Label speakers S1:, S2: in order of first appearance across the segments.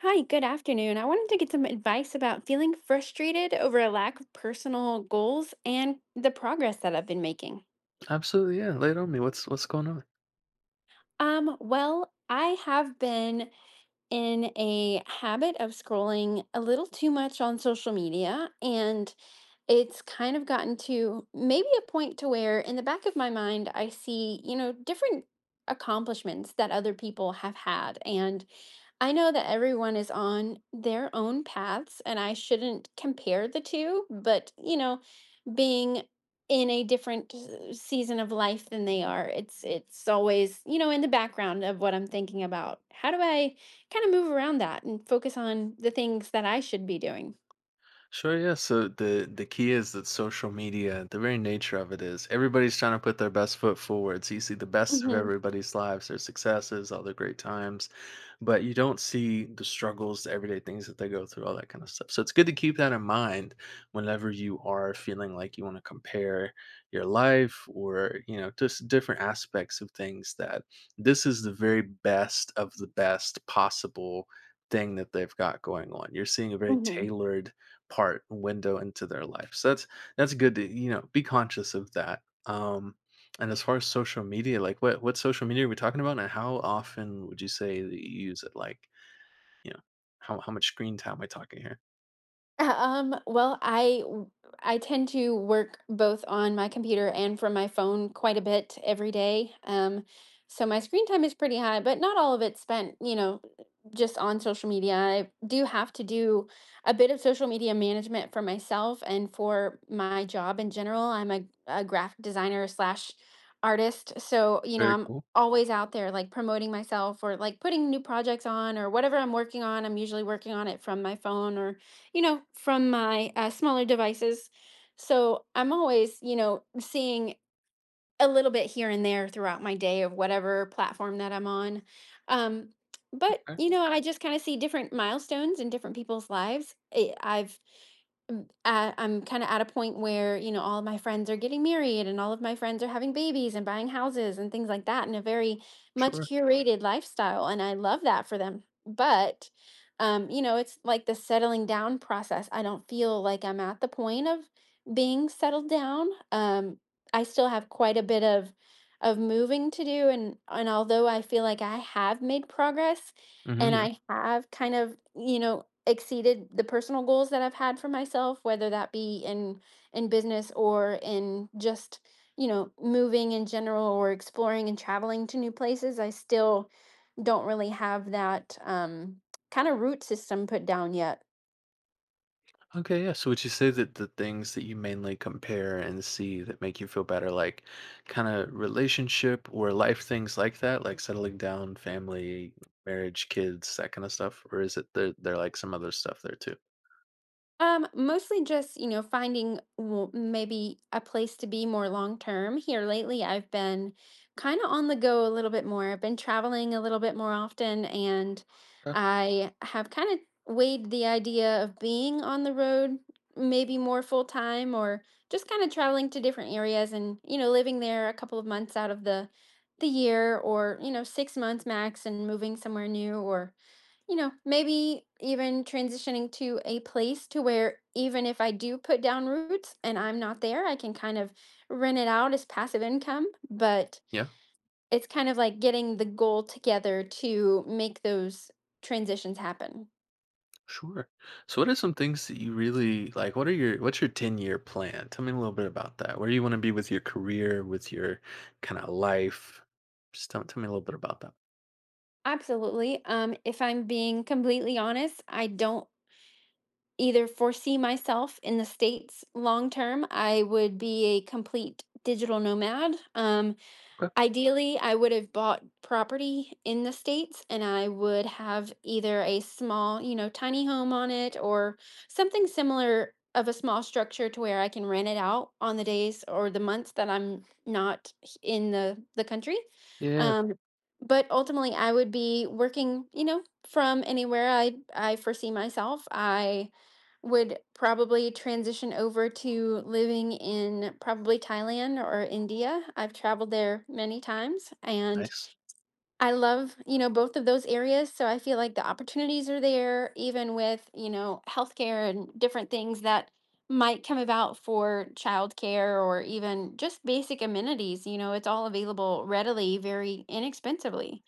S1: Hi, good afternoon. I wanted to get some advice about feeling frustrated over a lack of personal goals and the progress that I've been making.
S2: Absolutely, yeah. Lay it on me. What's going on?
S1: Well, I have been in a habit of scrolling a little too much on social media, and it's kind of gotten to maybe a point to where in the back of my mind I see, you know, different accomplishments that other people have had, and I know that everyone is on their own paths and I shouldn't compare the two, but you know, being in a different season of life than they are, it's always, you know, in the background of what I'm thinking about. How do I kind of move around that and focus on the things that I should be doing?
S2: Sure, yeah. So the key is that social media, the very nature of it is everybody's trying to put their best foot forward. So you see the best of
S1: Mhm.
S2: everybody's lives, their successes, all their great times, but you don't see the struggles, the everyday things that they go through, all that kind of stuff. So it's good to keep that in mind whenever you are feeling like you want to compare your life or, you know, just different aspects of things that this is the very best of the best possible thing that they've got going on. You're seeing a very
S1: Mhm.
S2: tailored part window into their life. So that's good to, you know, be conscious of that. Um and as far as social media, like what social media are we talking about and how often would you say that you use it? Like, you know, how much screen time am I talking here?
S1: Well, I tend to work both on my computer and from my phone quite a bit every day. So my screen time is pretty high, but not all of it's spent, you know, just on social media. I do have to do a bit of social media management for myself and for my job in general. I'm a graphic designer slash artist, so you know,
S2: Very
S1: I'm
S2: cool.
S1: always out there like promoting myself or like putting new projects on or whatever I'm working on. I'm usually working on it from my phone or you know, from my smaller devices. So I'm always, you know, seeing a little bit here and there throughout my day of whatever platform that I'm on. Um, but,
S2: Okay.
S1: you know, I just kind of see different milestones in different people's lives. I'm kind of at a point where, you know, all of my friends are getting married and all of my friends are having babies and buying houses and things like that in a very much
S2: Sure.
S1: curated lifestyle. And I love that for them. But you know, it's like the settling down process. I don't feel like I'm at the point of being settled down. I still have quite a bit of moving to do, and although I feel like I have made progress
S2: Hmm,
S1: and
S2: yeah.
S1: I have kind of, you know, exceeded the personal goals that I've had for myself, whether that be in business or in just you know moving in general or exploring and traveling to new places. I still don't really have that kind of root system put down yet.
S2: Okay. Yeah. So would you say that the things that you mainly compare and see that make you feel better, like kind of relationship or life things like that, like settling down, family, marriage, kids, that kind of stuff? Or is it there like some other stuff there too?
S1: Mostly just, you know, finding w maybe a place to be more long term. Here lately, I've been kind of on the go a little bit more. I've been traveling a little bit more often, and
S2: Okay.
S1: I have kind of weighed the idea of being on the road maybe more full time or just kind of traveling to different areas and, you know, living there a couple of months out of the year or, you know, 6 months max and moving somewhere new or you know, maybe even transitioning to a place to where even if I do put down roots and I'm not there, I can kind of rent it out as passive income. But
S2: Yeah,
S1: it's kind of like getting the goal together to make those transitions happen.
S2: sure. So what are some things that you really like? What's your 10-year plan? Tell me a little bit about that. Where do you want to be with your career, with your kind of life? Just tell me a little bit about that.
S1: Absolutely. If I'm being completely honest, I don't either foresee myself in the States long term. I would be a complete digital nomad.
S2: Okay.
S1: Ideally, I would have bought property in the States and I would have either a small, you know, tiny home on it or something similar of a small structure to where I can rent it out on the days or the months that I'm not in the country.
S2: Yeah.
S1: Um, but ultimately, I would be working, you know, from anywhere I foresee myself. I would probably transition over to living in probably Thailand or India. I've traveled there many times and
S2: Nice.
S1: I love, you know, both of those areas. So I feel like the opportunities are there, even with, you know, healthcare and different things that might come about for childcare or even just basic amenities. You know, it's all available readily, very inexpensively.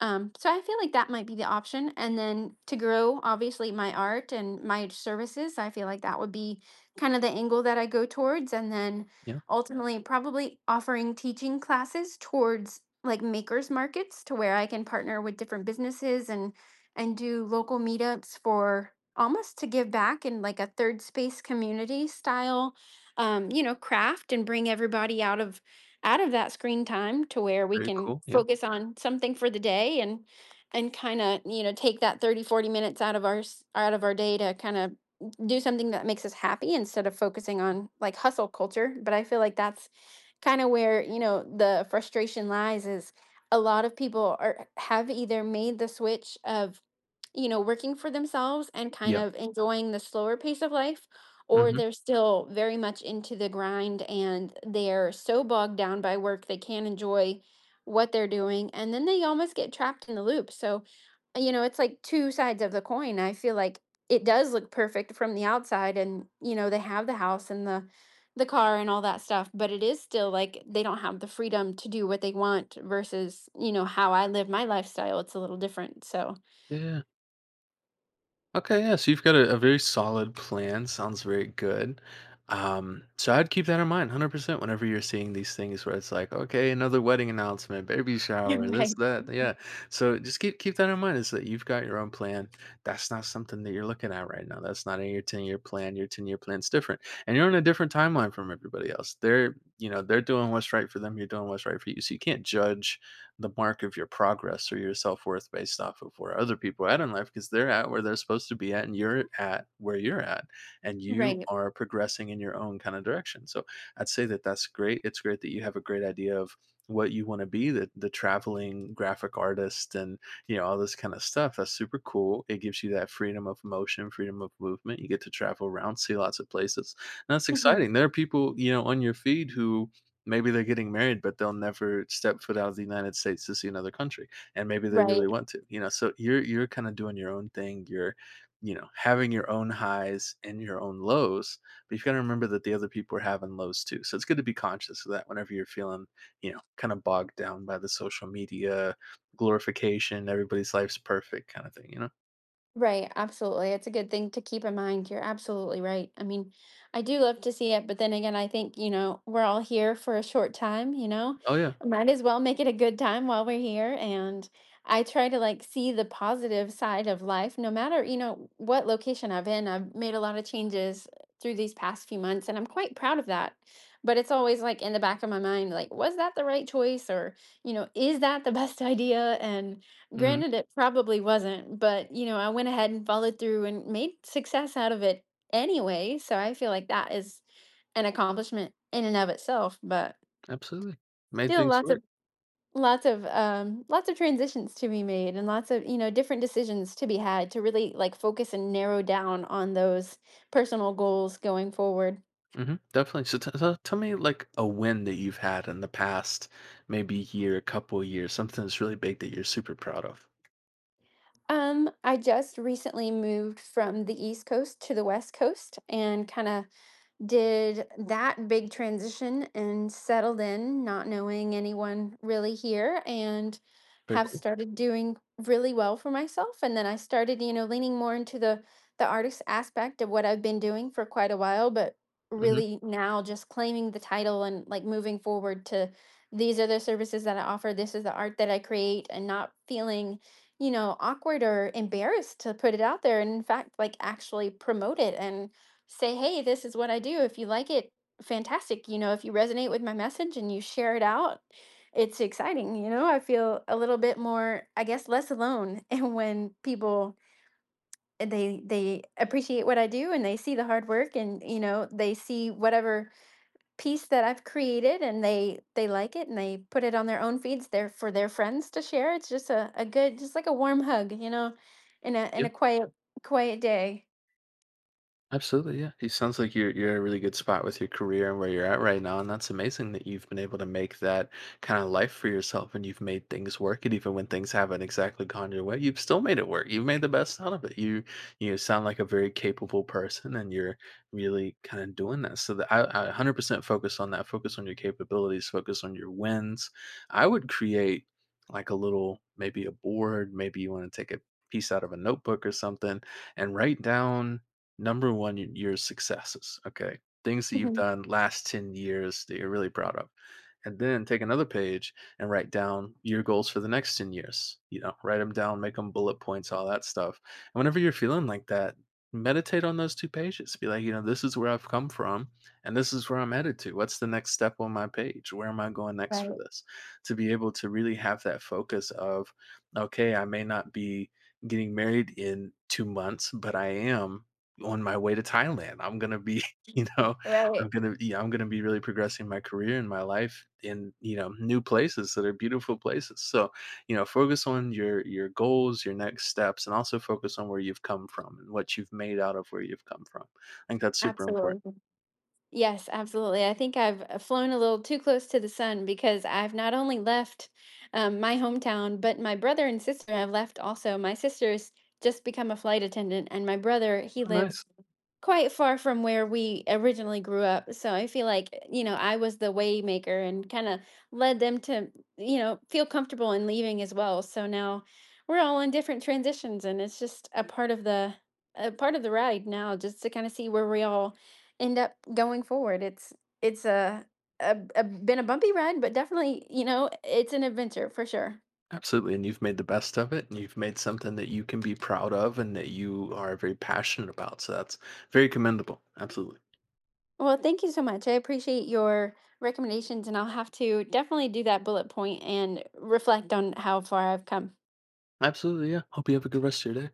S1: So I feel like that might be the option. And then to grow, obviously, my art and my services, I feel like that would be kind of the angle that I go towards. And then
S2: Yeah.
S1: ultimately, probably offering teaching classes towards like makers markets to where I can partner with different businesses and do local meetups for almost to give back in like a third space community style you know craft, and bring everybody out of that screen time to where we
S2: Very
S1: can
S2: cool. Yeah.
S1: focus on something for the day, and kind of you know take that 30, 40 minutes out of out of our day to kind of do something that makes us happy instead of focusing on like hustle culture, but I feel like that's kind of where you know the frustration lies is a lot of people are have either made the switch of you know working for themselves and kind
S2: Yeah.
S1: of enjoying the slower pace of life, or
S2: Hmm,
S1: they're still very much into the grind and they're so bogged down by work they can't enjoy what they're doing, and then they almost get trapped in the loop. So you know it's like two sides of the coin. I feel like it does look perfect from the outside and you know they have the house and the car and all that stuff, but it is still like they don't have the freedom to do what they want versus, you know, how I live my lifestyle. It's a little different. So,
S2: yeah. Okay, yeah, so you've got a very solid plan. Sounds very good. So I'd keep that in mind 100% whenever you're seeing these things where it's like, okay, another wedding announcement, baby shower, this,
S1: Right.
S2: that. Yeah. So just keep that in mind is that you've got your own plan. That's not something that you're looking at right now. That's not in your 10-year plan. Your 10-year plan's different. And you're on a different timeline from everybody else. They're, you know, they're doing what's right for them, you're doing what's right for you. So you can't judge the mark of your progress or your self-worth based off of where other people are at in life because they're at where they're supposed to be at and you're at where you're at and you
S1: Right.
S2: are progressing in your own kind of direction. So I'd say that that's great. It's great that you have a great idea of what you want to be, the traveling graphic artist and you know all this kind of stuff. That's super cool. It gives you that freedom of motion, freedom of movement. You get to travel around, see lots of places, and that's
S1: Mhm.
S2: exciting. There are people, you know, on your feed who maybe they're getting married, but they'll never step foot out of the United States to see another country, and maybe they really
S1: Right.
S2: want to, you know? So you're kinda doing your own thing, you're, you know, having your own highs and your own lows, but you've gotta remember that the other people are having lows too, so it's good to be conscious of that whenever you're feeling, you know, kinda bogged down by the social media glorification, everybody's life's perfect kinda thing, you know?
S1: Right, absolutely. It's a good thing to keep in mind. You're absolutely right. I mean, I do love to see it, but then again, I think, you know, we're all here for a short time, you know?
S2: Oh, yeah.
S1: Might as well make it a good time while we're here. And I try to like see the positive side of life, no matter, you know, what location I'm in. I've made a lot of changes through these past few months, and I'm quite proud of that. But it's always like in the back of my mind, like, was that the right choice? Or, you know, is that the best idea? And
S2: Mhm.
S1: Granted, it probably wasn't, but you know, I went ahead and followed through and made success out of it anyway. So I feel like that is an accomplishment in and of itself. But
S2: Absolutely. Made
S1: still,
S2: things
S1: lots
S2: work.
S1: of lots of transitions to be made, and lots of you know different decisions to be had to really like focus and narrow down on those personal goals going forward.
S2: Hmm, definitely. So, so tell me like a win that you've had in the past, maybe year, a couple years, something that's really big that you're super proud of.
S1: I just recently moved from the East Coast to the West Coast, and kind of did that big transition and settled in, not knowing anyone really here, and
S2: Very
S1: have
S2: cool.
S1: started doing really well for myself. And then I started, you know, leaning more into the artist aspect of what I've been doing for quite a while, but
S2: Hmm.
S1: really now just claiming the title and like moving forward to these are the services that I offer. This is the art that I create, and not feeling, you know, awkward or embarrassed to put it out there. And in fact, like actually promote it and say, hey, this is what I do. If you like it, fantastic. You know, if you resonate with my message and you share it out, it's exciting. You know, I feel a little bit more, I guess, less alone. And when people they appreciate what I do and they see the hard work, and you know they see whatever piece that I've created and they like it and they put it on their own feeds there for their friends to share. It's just a good just like a warm hug, you know, in a quiet day.
S2: Absolutely, yeah. It sounds like you're in a really good spot with your career and where you're at right now, and that's amazing that you've been able to make that kind of life for yourself and you've made things work. And even when things haven't exactly gone your way, you've still made it work. You've made the best out of it. You sound like a very capable person, and you're really kind of doing that. So that I 100% focus on that. Focus on your capabilities. Focus on your wins. I would create like a little, maybe a board. Maybe you want to take a piece out of a notebook or something and write down Number 1, your successes, okay? Things that you've done last 10 years that you're really proud of. And then take another page and write down your goals for the next 10 years, you know, write them down, make them bullet points, all that stuff. And whenever you're feeling like that, meditate on those 2 pages. Be like, you know, "This is where I've come from, and this is where I'm headed to. What's the next step on my page? Where am I going next
S1: Right.
S2: for this?" To be able to really have that focus of, "Okay, I may not be getting married in 2 months, but I am on my way to Thailand. I'm gonna be, you know,
S1: Right.
S2: I'm gonna be really progressing my career and my life in, you know, new places that are beautiful places." So, you know, focus on your goals, your next steps, and also focus on where you've come from and what you've made out of where you've come from. I think that's super important.
S1: Absolutely. Yes, absolutely. I think I've flown a little too close to the sun, because I've not only left my hometown, but my brother and sister have left also. My sister's just become a flight attendant, and my brother, he
S2: Oh, nice.
S1: lives quite far from where we originally grew up. So I feel like, you know, I was the way maker and kind of led them to, you know, feel comfortable in leaving as well. So now we're all in different transitions, and it's just a part of the a part of the ride now, just to kind of see where we all end up going forward. It's it's a, a been a bumpy ride, but definitely, you know, it's an adventure for sure.
S2: Absolutely. And you've made the best of it and you've made something that you can be proud of and that you are very passionate about. So that's very commendable. Absolutely.
S1: Well, thank you so much. I appreciate your recommendations, and I'll have to definitely do that bullet point and reflect on how far I've come.
S2: Absolutely. Yeah. Hope you have a good rest of your day.